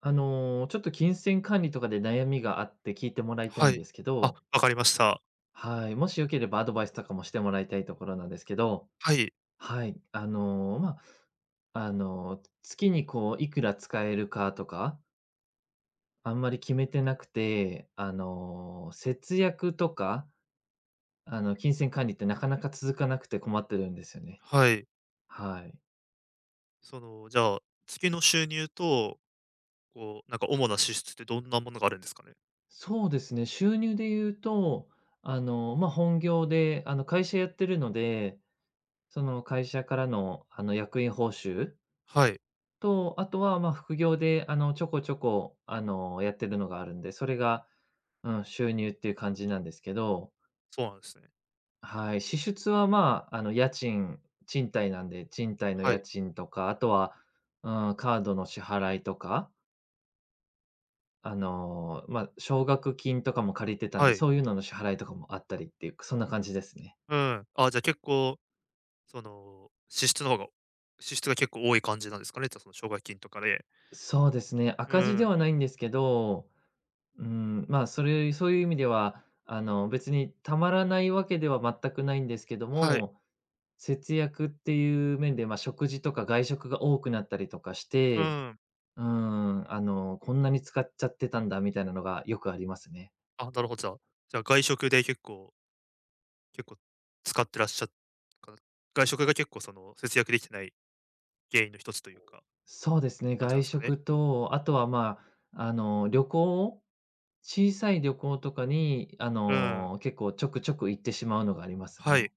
ちょっと金銭管理とかで悩みがあって聞いてもらいたはいんい。ですけど、わかりました。はい、もしよければアドバイスとかもしてもらいたいところなんですけど、はい、はい、まあ、月にこういくら使えるかとか、あんまり決めてなくて、節約とか、金銭管理ってなかなか続かなくて困ってるんですよね。はい。はい。その、じゃあ、月の収入と、主な支出ってどんなものがあるんですかね？そうですね、収入で言うと、まあ、本業で、会社やってるので、その会社からの、役員報酬はい、と、あとは、ま、副業で、ちょこちょこ、やってるのがあるんで、それが、うん、収入っていう感じなんですけど、そうなんですね。はい、支出は、まあ、家賃、賃貸なんで、賃貸のは家い、賃とか、あとは、うん、カードの支払いとか、まあ、奨学金とかも借りてたんはで、い。そういうのの支払いとかもあったりっていう、そんな感じですね。うん。あ、じゃ、結構、その、支出の方が支出が結構多い感じなんですかね？その奨学金とかで。そうですね、う赤字でん。はないんですけど、うん、まあ、そういう意味では、別にたまらないわけでは全くないんですけどはい。も、節約っていう面で、まあ、食事とか外食が多くなったりとかしうて、ん。うん、こんなに使っちゃってたんだみたいなのがよくありますね。あ、なるほど。じゃあ外食で結構結構使ってらっしゃっか外食が結構その節約できてない原因の一つというか、そうですね、感じなん外ですかね？食と、あとは、まあ、小さい旅行とかに、うん、結構ちょくちょく行ってしまうのがありますはい。ね。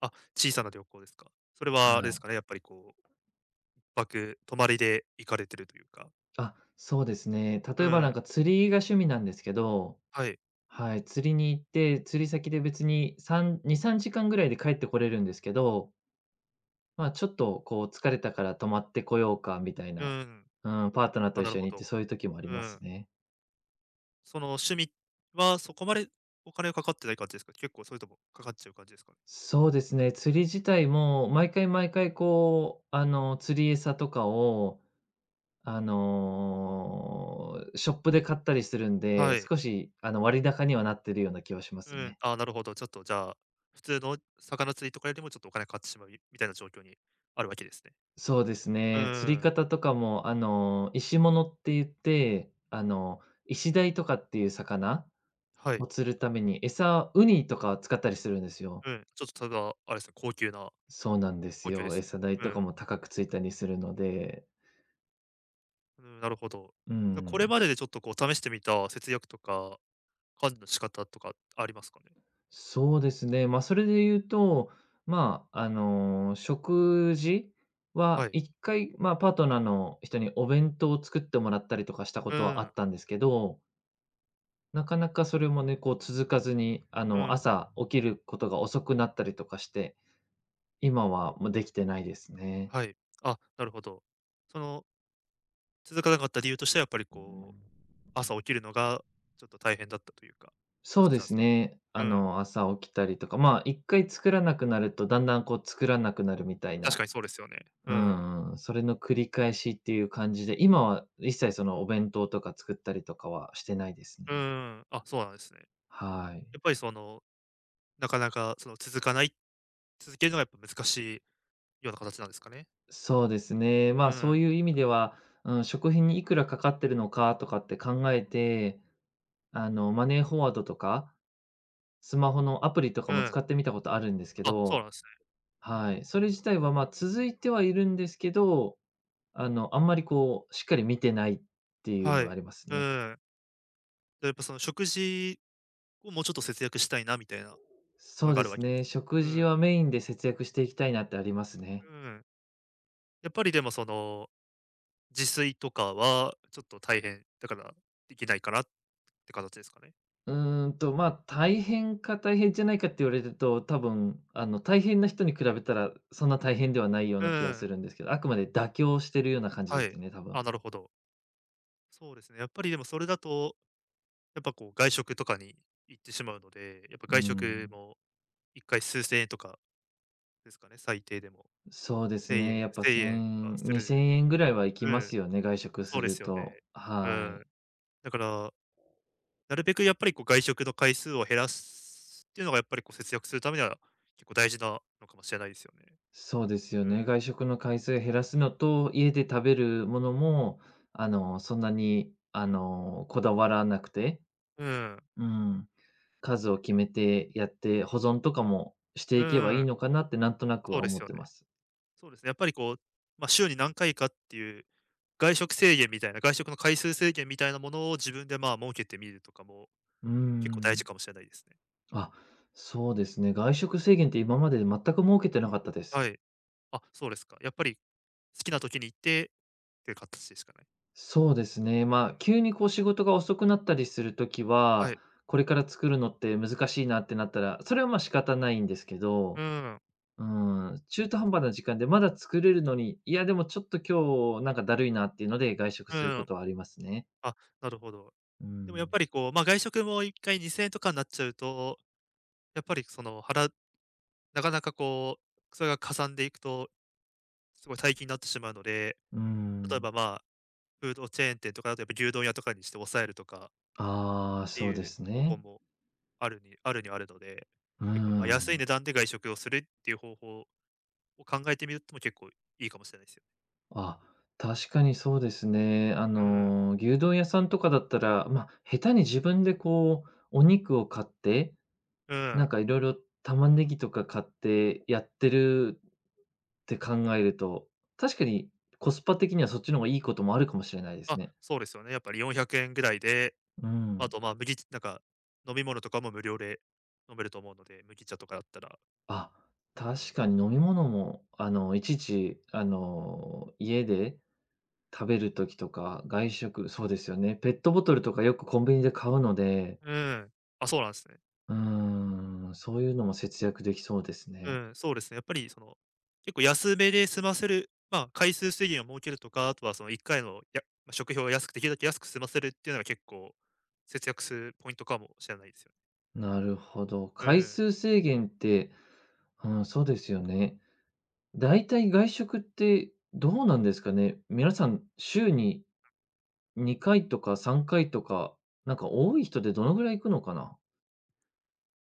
あ、小さな旅行ですか。それはあれではすい。かね、やっぱりこう、泊まりで行かれてるというか。あ、そうですね。う例えばなん、んか釣りが趣味なんですけど。はい。はい、釣りに行って、釣り先で別に32、3時間ぐらいで帰ってこれるんですけど、まあ、ちょっとこう疲れたから泊まってこようかみたいうな、ん。うん、パートナーあ、と一なる緒ほに行ってど。そういう時もありうまん。すね。その趣味はそこまでお金がかかってない感じですか？結構それともかかっちゃう感じですかね？そうですね、釣り自体も毎回毎回こう、釣り餌とかを、ショップで買ったりするんで、はい。少し割高にはなってるような気はしまうすん、ね。あ、なるほど。ちょっとじゃあ、普通の魚釣りとかよりもちょっとお金かかってしまうみたいな状況にあるわけですね。そうですうね。釣りん、方とかも、石物って言って、イシダイとかっていう魚はい。を釣るために、餌ウニとかを使ったりするんですよ。うん、ちょっとただ、あれですね、高級な。そうなんです高級でよ。すね。餌代うとかん。も高くついたりするので。うん、なるほど。うじゃ、これん。まででちょっとこう試してみた節約とか管理の仕方とかありますかね？そうですね。まあ、それで言うと、まあ、食事ははい。1回、まあ、パートナーの人にお弁当を作ってもらったりとかしたこうとはあん、ったんですけど、なかなかそれもね、こう続かずに、うん、朝起きることが遅くなったりとかして、今はもうできてないですね。はい。あ、なるほど。その、続かなかった理由としてはやっぱりうこう、ん。朝起きるのがちょっと大変だったというか、そう形でなんですすか？ね。うん、朝起きたりとか、まあ、一回作らなくなると、だんだんこう作らなくなるみたい確な。かにそうですよね。ううん、んうん、それの繰り返しっていう感じで、今は一切そのお弁当とか作ったりとかはしてないですうね。ん、あ、そうなんですね。はい。やっぱりその、なかなかその続かない続けるのがやっぱ難しいような形なんですかね？そうですね。まうあ、そうん、いう意味では、うん、食品にいくらかかってるのかとかって考えて、マネーフォワードとか、スマホのアプリとかうも使ん。ってみたことあるんですけあ、そうど、なんですね。はい。それ自体は、まあ、続いてはいるんですけど、あんまりこう、しっかり見てないっていうはのがあい。りますうね。ん。で、やっぱその食事をもうちょっと節約したいなみたいなもそのうがあでるわすけでね、すね。食う事ん、はメインで節約していきたいなってありますね。うん。やっぱりでもその、自炊とかはちょっと大変だから、できないかなって形ですかね。まあ、大変か大変じゃないかって言われると、多分、大変な人に比べたら、そんな大変ではないよううな気はん、するんですけど、あくまで妥協してるような感じはですい。ね、多分。あ、なるほど。そうですね。やっぱりでもそれだと、やっぱこう外食とかに行ってしまうので、やっぱうー外食ん。も一回数千円とかですかね、最低でも。そうです千ね、円、やっぱ1円は1000、する。2000円ぐらいは行きうまん、すよね、外食そすうでるすよね。と。うはん。い。だから、なるべくやっぱりこう外食の回数を減らすっていうのがやっぱりこう節約するためには、結構大事なのかもしれないですよね。そうですようね、ん、外食の回数減らすのと、家で食べるものも、そんなに、こだわらなくて、うん。うん、数を決めてやって、保存とかもしてういけばいん、いのかなってなんとなくそはうで思すっよてね。ます。そうですね、やっぱりこう、まあ、週に何回かっていう外食の回数制限みたいなものを自分で、まあ、設けてみるとかもうー結構大事ん。かもしれないですね。あ、そうですね、外食制限って今まで全く設けてなかったです。はい。あ、そうですか。やっぱり好きな時に行ってっていう形ですかね。そうですね。うまん、あ、急にこう仕事が遅くなったりするときはは、い。これから作るのって難しいなってなったら、それはまあ仕方ないんですけうど、ん、う中途半端な時間でまだ作れるのに、いやでもちょっと今日なんかだるいなっていうので外食うするこん。とはありますね。あ、なるほど。うでもやっん。ぱりこう、ま、外食も一回2000円とかになっちゃうと、やっぱりその腹、はなかなかこう、それがかさんでいくと、すごい大金になってしまうので、うー例えば、ん。まフードチェーン店とかだとやっぱ牛丼屋とかにして抑えるとかああ、ってそうでいうす方法ね。もあるにはあるので、う結構まあ安いん。値段で外食をするっていう方法を考えてみるっても結構いいかもしれないですよ。あ、確かにそうですね。うん。牛丼屋さんとかだったら、まあ、下手に自分でこう、お肉を買ってうん。なんか、いろいろ玉ねぎとか買ってやってるって考えると、確かにコスパ的にはそっちの方がいいこともあるかもしれないですあ、ね。そうですよね。やっぱり400円ぐらいで、うまあん。とまあ麦、なんか飲み物とかも無料で飲めると思うので、麦茶とかだったら。あ、う確ん。かに飲み物も、いちいち、家で食べる時とか、外食そうですよね。ペットボトルとかよくコンビニで買うので、うん。あ、そうなんですね。そういうのも節約できそうですうね。ん、そうですね。やっぱりその、結構安めで済ませる、まあ、回数制限を設けるとか、あとはその1回のやまあ、食費を安くできるだけ安く済ませるっていうのが結構、節約するポイントかもしれないですよね。なるほど。う回ん。数制限って、うん、そうですよね。だいたい外食ってどうなんですかね？皆さん週に2回とか3回とか、なんか多い人でどのぐらい行くのかな？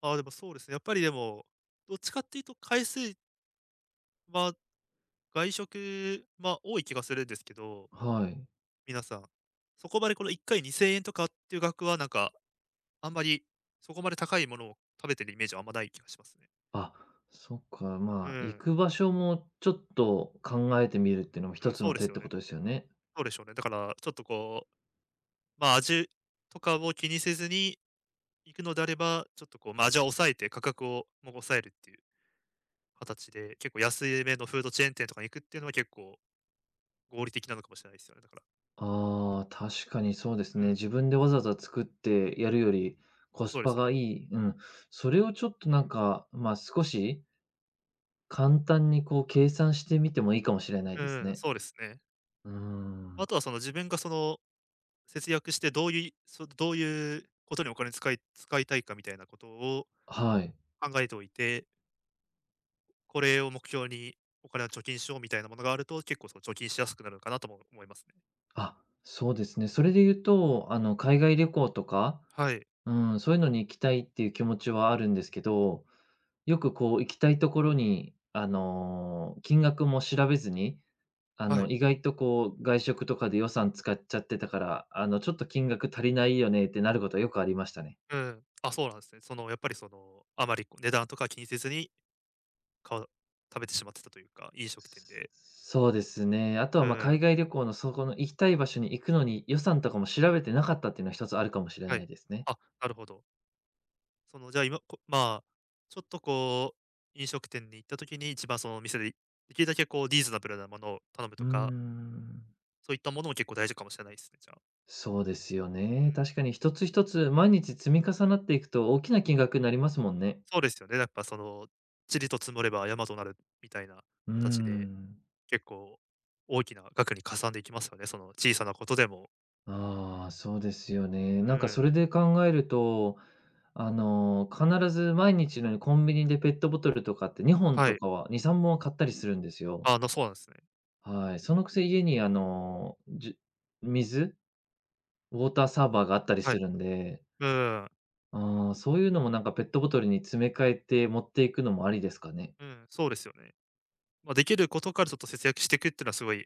ああ、でもそうですね。やっぱりでも、どっちかっていうと回数は外食、ま、多い気がするんですけど、はい。皆さん。そこまでこの1回2000円とかっていう額はなんか、あんまりそこまで高いものを食べてるイメージはあんまない気がしますね。あ、そっか、うまあ、行ん、く場所もちょっと考えてみるっていうのもう一ん、つそのうで手っすよてね。ことですよね。そうでしょうね。だからちょっとこうまあ、味とかを気にせずに行くのであれば、ちょっとこう、まあ、味は抑えて価格をも抑えるっていう形で、結構安いめのフードチェーン店とかに行くっていうのは結構合理的なのかもしれないですよね、だから。ああ、確かにそうですうね。ん、自分でわざわざ作ってやるよりコスそうでパすね。がいい。うん。それをちょっとなんか、まあ、少し簡単にこう計算してみてもいいかもしれないうですん、ね。そうですね。うーまあん。とはその自分がその節約してどういうことにお金使いたいかみたいなことをはい。考えておいて、これを目標にお金を貯金しようみたいなものがあると、結構その貯金しやすくなるのかなとも思いますね。あ、そうですね。それで言うと、海外旅行とか、はい、うん、そういうのに行きたいっていう気持ちはあるんですけど、よくこう行きたいところに、金額も調べずに、はい。意外とこう外食とかで予算使っちゃってたから、ちょっと金額足りないよねってなることはよくありましたね。うん。あ、そうなんですね。やっぱりその、あまりこう値段とか気にせずに、かう食べてしまってたというか、飲食店で。そうですね。あとうは、ま、海ん。外旅行のそこの行きたい場所に行くのに予算とかも調べてなかったっていうのは一つあるかもしれはないい。ですね。あ、なるほど。その、じゃあ今、こまあ、ちょっとこう、飲食店に行った時に、一番その店で、できるだけこうリーズナブルなものを頼むうーとか、ん。そういったものも結構大事かもしれないですね、じゃあ。そうですようね。ん。確かに一つ一つ毎日積み重なっていくと大きな金額になりますもんね。そうですよね。やっぱその、塵と積もれば山となるみたいなうー形で、ん。結構大きな額にかさんでいきますよね。その小さなことでも。ああ、そうですよね。うなんかん。それで考えると、必ず毎日のようにコンビニでペットボトルとかって2本はとい。かは、2、3本は買ったりするんですよ。ああ、な、そうなんですね。はい。そのくせ家に水、ウォーターサーバーがあったりはすい。るんで、うん、うん。ああ、そういうのもなんかペットボトルに詰め替えて持っていくのもありですかね？そうですよね。まあ、できることからちょっと節約していくっていうのはすごい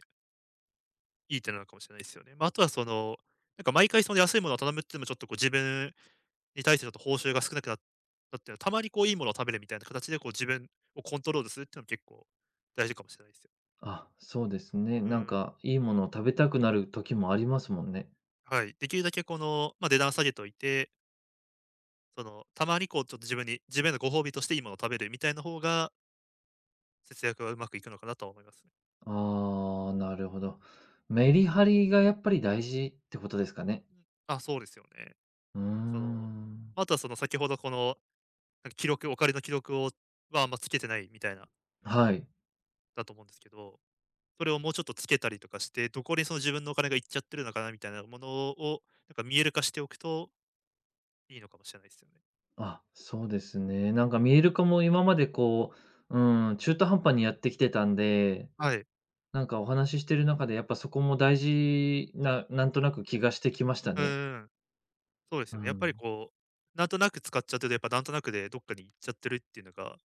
いい点なのかもしれないですよね。まあ、あとはその、なんか毎回その安いものを頼むっていうのもちょっとこう自分に対してちょっと報酬が少なくなったっていうのは、たまにこういいものを食べるみたいな形でこう自分をコントロールするっていうのも結構大事かもしれないですよ。あ、そうですね。うなんん。か、いいものを食べたくなる時もありますもんね。はい。できるだけこの、まあ、値段下げといて、その、たまにこうちょっと自分へのご褒美としていいものを食べるみたいな方が、節約はうまくいくのかなとは思いますね。ああ、なるほど。メリハリがやっぱり大事ってことですかね？あ、そうですよね。うーその、ん。あとはその先ほどこの、なんかお金の記録をは、あんまつけてないみたいな、はい。だと思うんですけど、それをもうちょっとつけたりとかして、どこにその自分のお金がいっちゃってるのかなみたいなものを、なんか見える化しておくといいのかもしれないですよね。あ、そうですね。なんか見える化も今までこう、中途半端にやってきてたんで、はい。なんかお話ししてる中でやっぱそこも大事な、なんとなく気がしてきましたうね。ん、そうですうよね。やっぱりん。こう、なんとなく使っちゃってると、やっぱなんとなくでどっかに行っちゃってるっていうのが、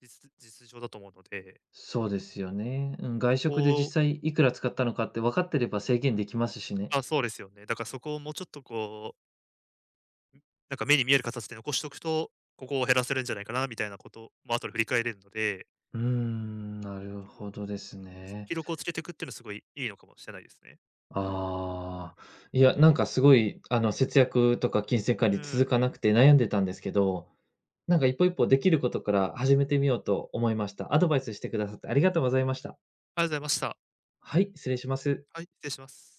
実情だと思うので、そうですよね。うん、外そ食でこを。実際いくら使ったのかって分かってれば制限できますしね。あ、そうですよね。だからそこをもうちょっとこうなんか目に見える形で残しとくと、ここを減らせるんじゃないかなみたいなことも後で振り返れるので、なる結ほ構、どですね。記録をつけていくっていうのはすごいいいのかもしれないですね。ああ、いや、なんかすごい、節約とか金銭管う理ん、あ続りかなくて悩んでたんですけど、なんか一歩一歩できることから始めてみようと思いました。アドバイスしてくださってありがとうございました。がとうございました。はい、失礼します。はい、失礼します。